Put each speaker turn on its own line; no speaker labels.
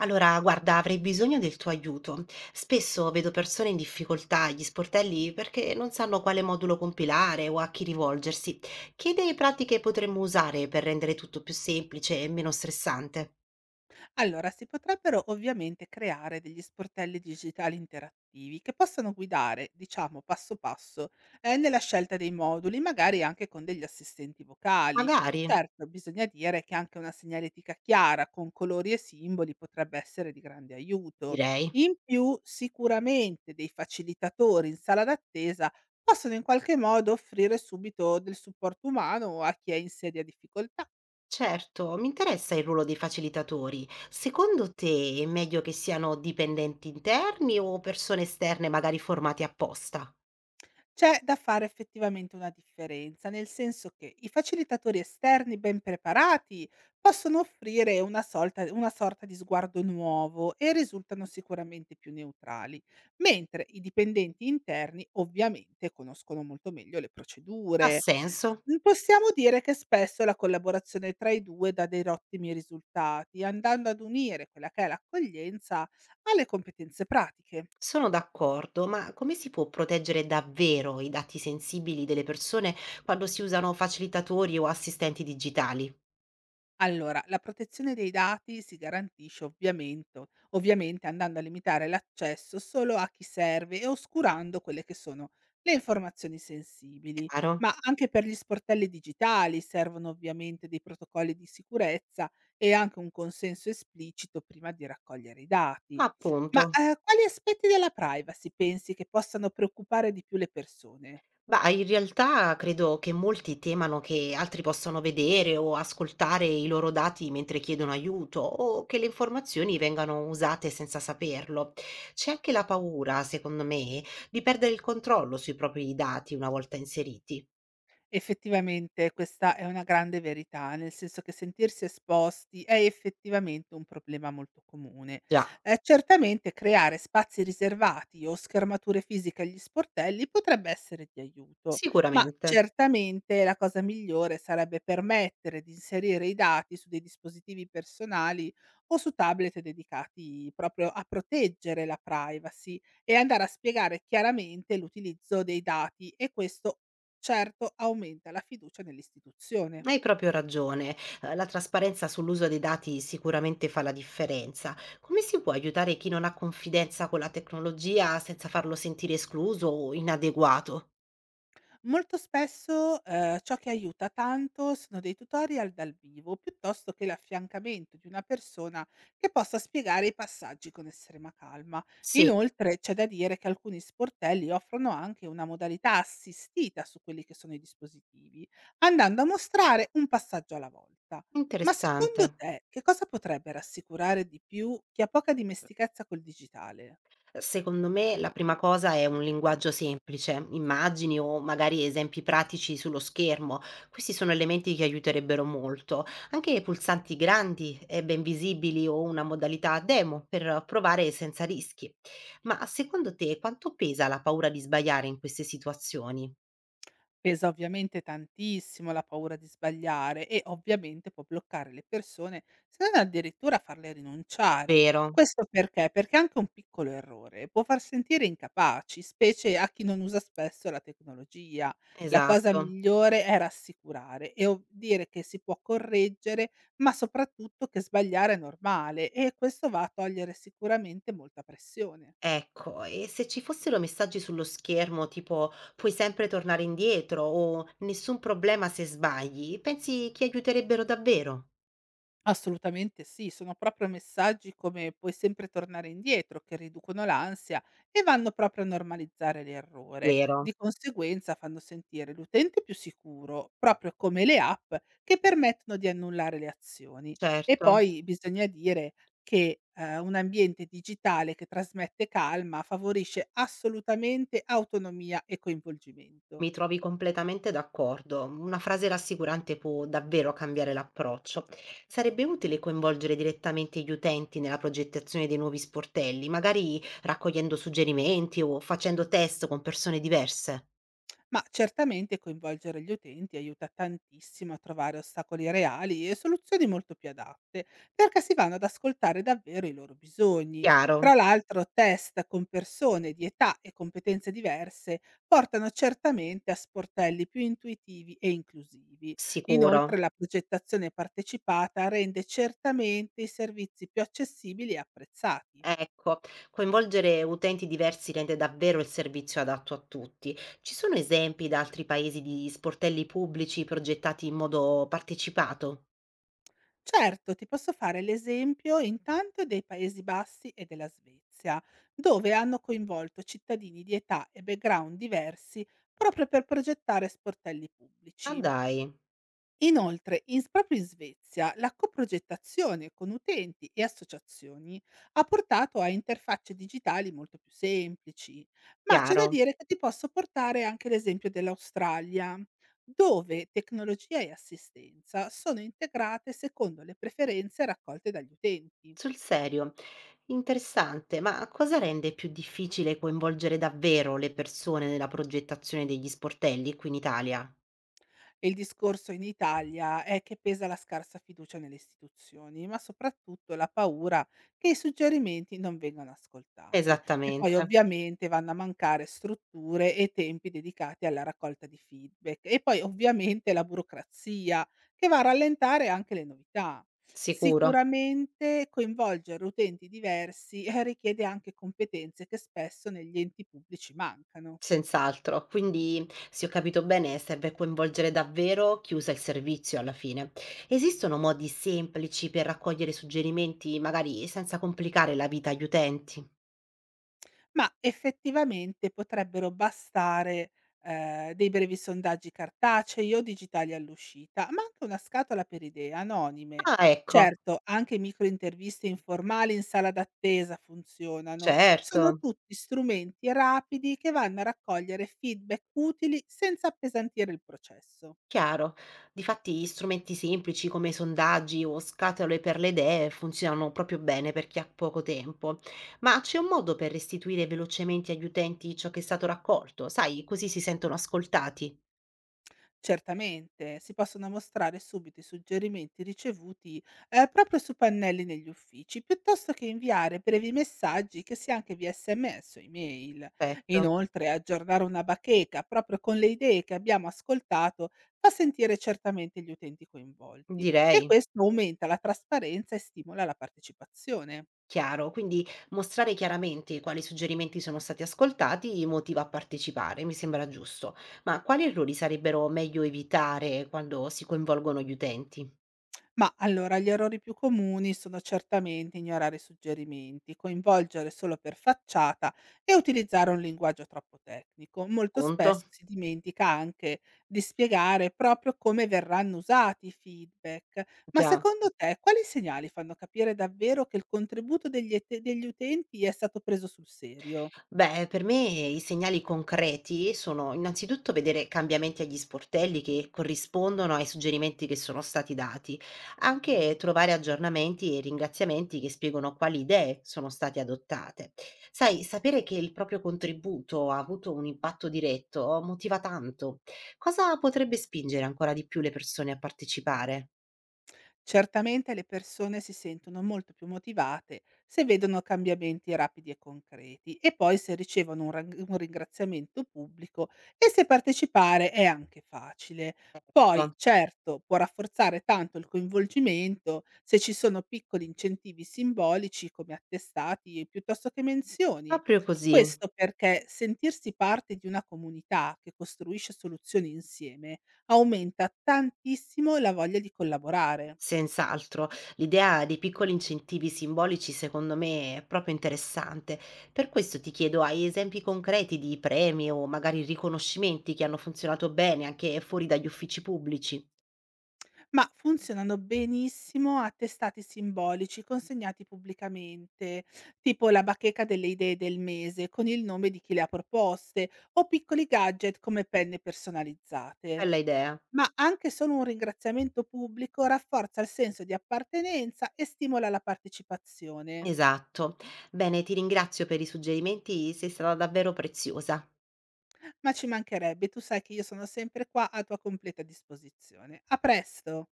Allora, guarda, avrei bisogno del tuo aiuto. Spesso vedo persone in difficoltà agli sportelli perché non sanno quale modulo compilare o a chi rivolgersi. Che idee pratiche potremmo usare per rendere tutto più semplice e meno stressante?
Allora, si potrebbero ovviamente creare degli sportelli digitali interattivi che possano guidare, diciamo, passo passo nella scelta dei moduli, magari anche con degli assistenti vocali.
Magari,
Certo, bisogna dire che anche una segnaletica chiara con colori e simboli potrebbe essere di grande aiuto.
direi.
In più, sicuramente dei facilitatori in sala d'attesa possono in qualche modo offrire subito del supporto umano a chi è in seria difficoltà.
Certo, mi interessa il ruolo dei facilitatori. Secondo te è meglio che siano dipendenti interni o persone esterne magari formate apposta?
C'è da fare effettivamente una differenza, nel senso che i facilitatori esterni ben preparati possono offrire una sorta di sguardo nuovo e risultano sicuramente più neutrali, mentre i dipendenti interni ovviamente conoscono molto meglio le
Ha
procedure.
senso?
Possiamo dire che spesso la collaborazione tra i due dà dei ottimi risultati, andando ad unire quella che è l'accoglienza alle competenze pratiche.
Sono d'accordo, ma come si può proteggere davvero i dati sensibili delle persone quando si usano facilitatori o assistenti digitali?
Allora, la protezione dei dati si garantisce ovviamento ovviamente andando a limitare l'accesso solo a chi serve e oscurando quelle che sono le informazioni sensibili,
Chiaro?
ma anche per gli sportelli digitali servono ovviamente dei protocolli di sicurezza e anche un consenso esplicito prima di raccogliere i dati.
Appunto.
Quali aspetti della privacy pensi che possano preoccupare di più le persone?
Ma in realtà credo che molti temano che altri possano vedere o ascoltare i loro dati mentre chiedono aiuto o che le informazioni vengano usate senza saperlo. C'è anche la paura, secondo me, di perdere il controllo sui propri dati una volta inseriti.
Effettivamente questa è una grande verità, nel senso che sentirsi esposti è effettivamente un problema molto comune.
Già,
Certamente creare spazi riservati o schermature fisiche agli sportelli potrebbe essere di aiuto, ma
sicuramente.
certamente la cosa migliore sarebbe permettere di inserire i dati su dei dispositivi personali o su tablet dedicati proprio a proteggere la privacy e andare a spiegare chiaramente l'utilizzo dei dati, e questo, certo, aumenta la fiducia nell'istituzione.
Hai proprio ragione, la trasparenza sull'uso dei dati sicuramente fa la differenza. Come si può aiutare chi non ha confidenza con la tecnologia senza farlo sentire escluso o inadeguato?
Molto spesso, ciò che aiuta tanto sono dei tutorial dal vivo, piuttosto che l'affiancamento di una persona che possa spiegare i passaggi con estrema calma.
Sì,
Inoltre, c'è da dire che alcuni sportelli offrono anche una modalità assistita su quelli che sono i dispositivi, andando a mostrare un passaggio alla volta. Ma
interessante.
secondo te, che cosa potrebbe rassicurare di più chi ha poca dimestichezza col digitale?
Secondo me la prima cosa è un linguaggio semplice, immagini o magari esempi pratici sullo schermo. Questi sono elementi che aiuterebbero molto. Anche pulsanti grandi e ben visibili o una modalità demo per provare senza rischi. Ma secondo te quanto pesa la paura di sbagliare in queste situazioni?
Pesa ovviamente tantissimo la paura di sbagliare e ovviamente può bloccare le persone, se non addirittura farle rinunciare.
Vero?
Questo perché? Perché anche un piccolo errore può far sentire incapaci, specie a chi non usa spesso la tecnologia. La cosa
Esatto.
migliore è rassicurare e dire che si può correggere, ma soprattutto che sbagliare è normale e questo va a togliere sicuramente molta pressione.
Ecco, e se ci fossero messaggi sullo schermo tipo puoi sempre tornare indietro o nessun problema se sbagli, pensi che aiuterebbero davvero?
Assolutamente sì, sono proprio messaggi come "puoi sempre tornare indietro" che riducono l'ansia e vanno proprio a normalizzare l'errore.
Vero,
Di conseguenza fanno sentire l'utente più sicuro, proprio come le app che permettono di annullare le azioni. E
certo,
poi bisogna dire che un ambiente digitale che trasmette calma favorisce assolutamente autonomia e coinvolgimento.
mi trovi completamente d'accordo. Una frase rassicurante può davvero cambiare l'approccio. Sarebbe utile coinvolgere direttamente gli utenti nella progettazione dei nuovi sportelli, magari raccogliendo suggerimenti o facendo test con persone diverse.
Ma certamente coinvolgere gli utenti aiuta tantissimo a trovare ostacoli reali e soluzioni molto più adatte, perché si vanno ad ascoltare davvero i loro bisogni.
Chiaro,
Tra l'altro, test con persone di età e competenze diverse portano certamente a sportelli più intuitivi e inclusivi. Inoltre,
sicuro.
la progettazione partecipata rende certamente i servizi più accessibili e apprezzati.
Ecco, coinvolgere utenti diversi rende davvero il servizio adatto a tutti. Ci sono esempi da altri paesi di sportelli pubblici progettati in modo partecipato?
Certo, ti posso fare l'esempio intanto dei Paesi Bassi e della Svezia, dove hanno coinvolto cittadini di età e background diversi proprio per progettare sportelli
Ah
pubblici.
dai,
Inoltre, in s proprio in Svezia, la coprogettazione con utenti e associazioni ha portato a interfacce digitali molto più semplici, ma c'è da
chiaro,
dire che ti posso portare anche l'esempio dell'Australia, dove tecnologia e assistenza sono integrate secondo le preferenze raccolte dagli utenti.
sul serio, interessante, ma cosa rende più difficile coinvolgere davvero le persone nella progettazione degli sportelli qui in Italia?
E il discorso in Italia è che pesa la scarsa fiducia nelle istituzioni, ma soprattutto la paura che i suggerimenti non vengano ascoltati. E poi
Esattamente,
ovviamente vanno a mancare strutture e tempi dedicati alla raccolta di feedback. E poi ovviamente la burocrazia che va a rallentare anche le novità.
sicuro.
Sicuramente coinvolgere utenti diversi richiede anche competenze che spesso negli enti pubblici mancano.
Senz'altro. Quindi, se ho capito bene, serve coinvolgere davvero chi usa il servizio alla fine. Esistono modi semplici per raccogliere suggerimenti, magari senza complicare la vita agli utenti?
Ma effettivamente potrebbero bastare, dei brevi sondaggi cartacei o digitali all'uscita, ma anche una scatola per idee, anonime.
Ah, ecco,
Certo, anche microinterviste informali in sala d'attesa funzionano. Sono
certo,
tutti strumenti rapidi che vanno a raccogliere feedback utili senza appesantire il processo.
chiaro. Difatti, strumenti semplici come sondaggi o scatole per le idee funzionano proprio bene per chi ha poco tempo. Ma c'è un modo per restituire velocemente agli utenti ciò che è stato raccolto? Sai, così si sentono ascoltati.
Certamente, si possono mostrare subito i suggerimenti ricevuti proprio su pannelli negli uffici, piuttosto che inviare brevi messaggi, che sia anche via sms o email.
Perfetto,
Inoltre, aggiornare una bacheca proprio con le idee che abbiamo ascoltato fa sentire certamente gli utenti coinvolti e
direi.
questo aumenta la trasparenza e stimola la partecipazione.
Chiaro, quindi mostrare chiaramente quali suggerimenti sono stati ascoltati motiva a partecipare, mi sembra giusto. Ma quali errori sarebbero meglio evitare quando si coinvolgono gli utenti?
Ma allora gli errori più comuni sono certamente ignorare i suggerimenti, coinvolgere solo per facciata e utilizzare un linguaggio troppo tecnico. Molto
Conto?
spesso si dimentica anche di spiegare proprio come verranno usati i feedback. Ma
Già.
secondo te quali segnali fanno capire davvero che il contributo degli utenti è stato preso sul serio?
Beh, per me i segnali concreti sono innanzitutto vedere cambiamenti agli sportelli che corrispondono ai suggerimenti che sono stati dati, anche trovare aggiornamenti e ringraziamenti che spiegano quali idee sono state adottate. Sai, sapere che il proprio contributo ha avuto un impatto diretto motiva tanto. Cosa potrebbe spingere ancora di più le persone a partecipare?
Certamente le persone si sentono molto più motivate se vedono cambiamenti rapidi e concreti e poi se ricevono un ringraziamento pubblico e se partecipare è anche facile.
Ecco,
Poi, certo, può rafforzare tanto il coinvolgimento se ci sono piccoli incentivi simbolici come attestati piuttosto che menzioni.
proprio così.
Questo perché sentirsi parte di una comunità che costruisce soluzioni insieme aumenta tantissimo la voglia di collaborare.
Senz'altro, l'idea dei piccoli incentivi simbolici secondo me è proprio interessante. Per questo ti chiedo, hai esempi concreti di premi o magari riconoscimenti che hanno funzionato bene anche fuori dagli uffici pubblici?
Ma funzionano benissimo attestati simbolici consegnati pubblicamente, tipo la bacheca delle idee del mese con il nome di chi le ha proposte o piccoli gadget come penne personalizzate.
Bella idea.
Ma anche solo un ringraziamento pubblico rafforza il senso di appartenenza e stimola la partecipazione.
Esatto. Bene, ti ringrazio per i suggerimenti, sei stata davvero preziosa.
Ma ci mancherebbe, tu sai che io sono sempre qua a tua completa disposizione. A presto!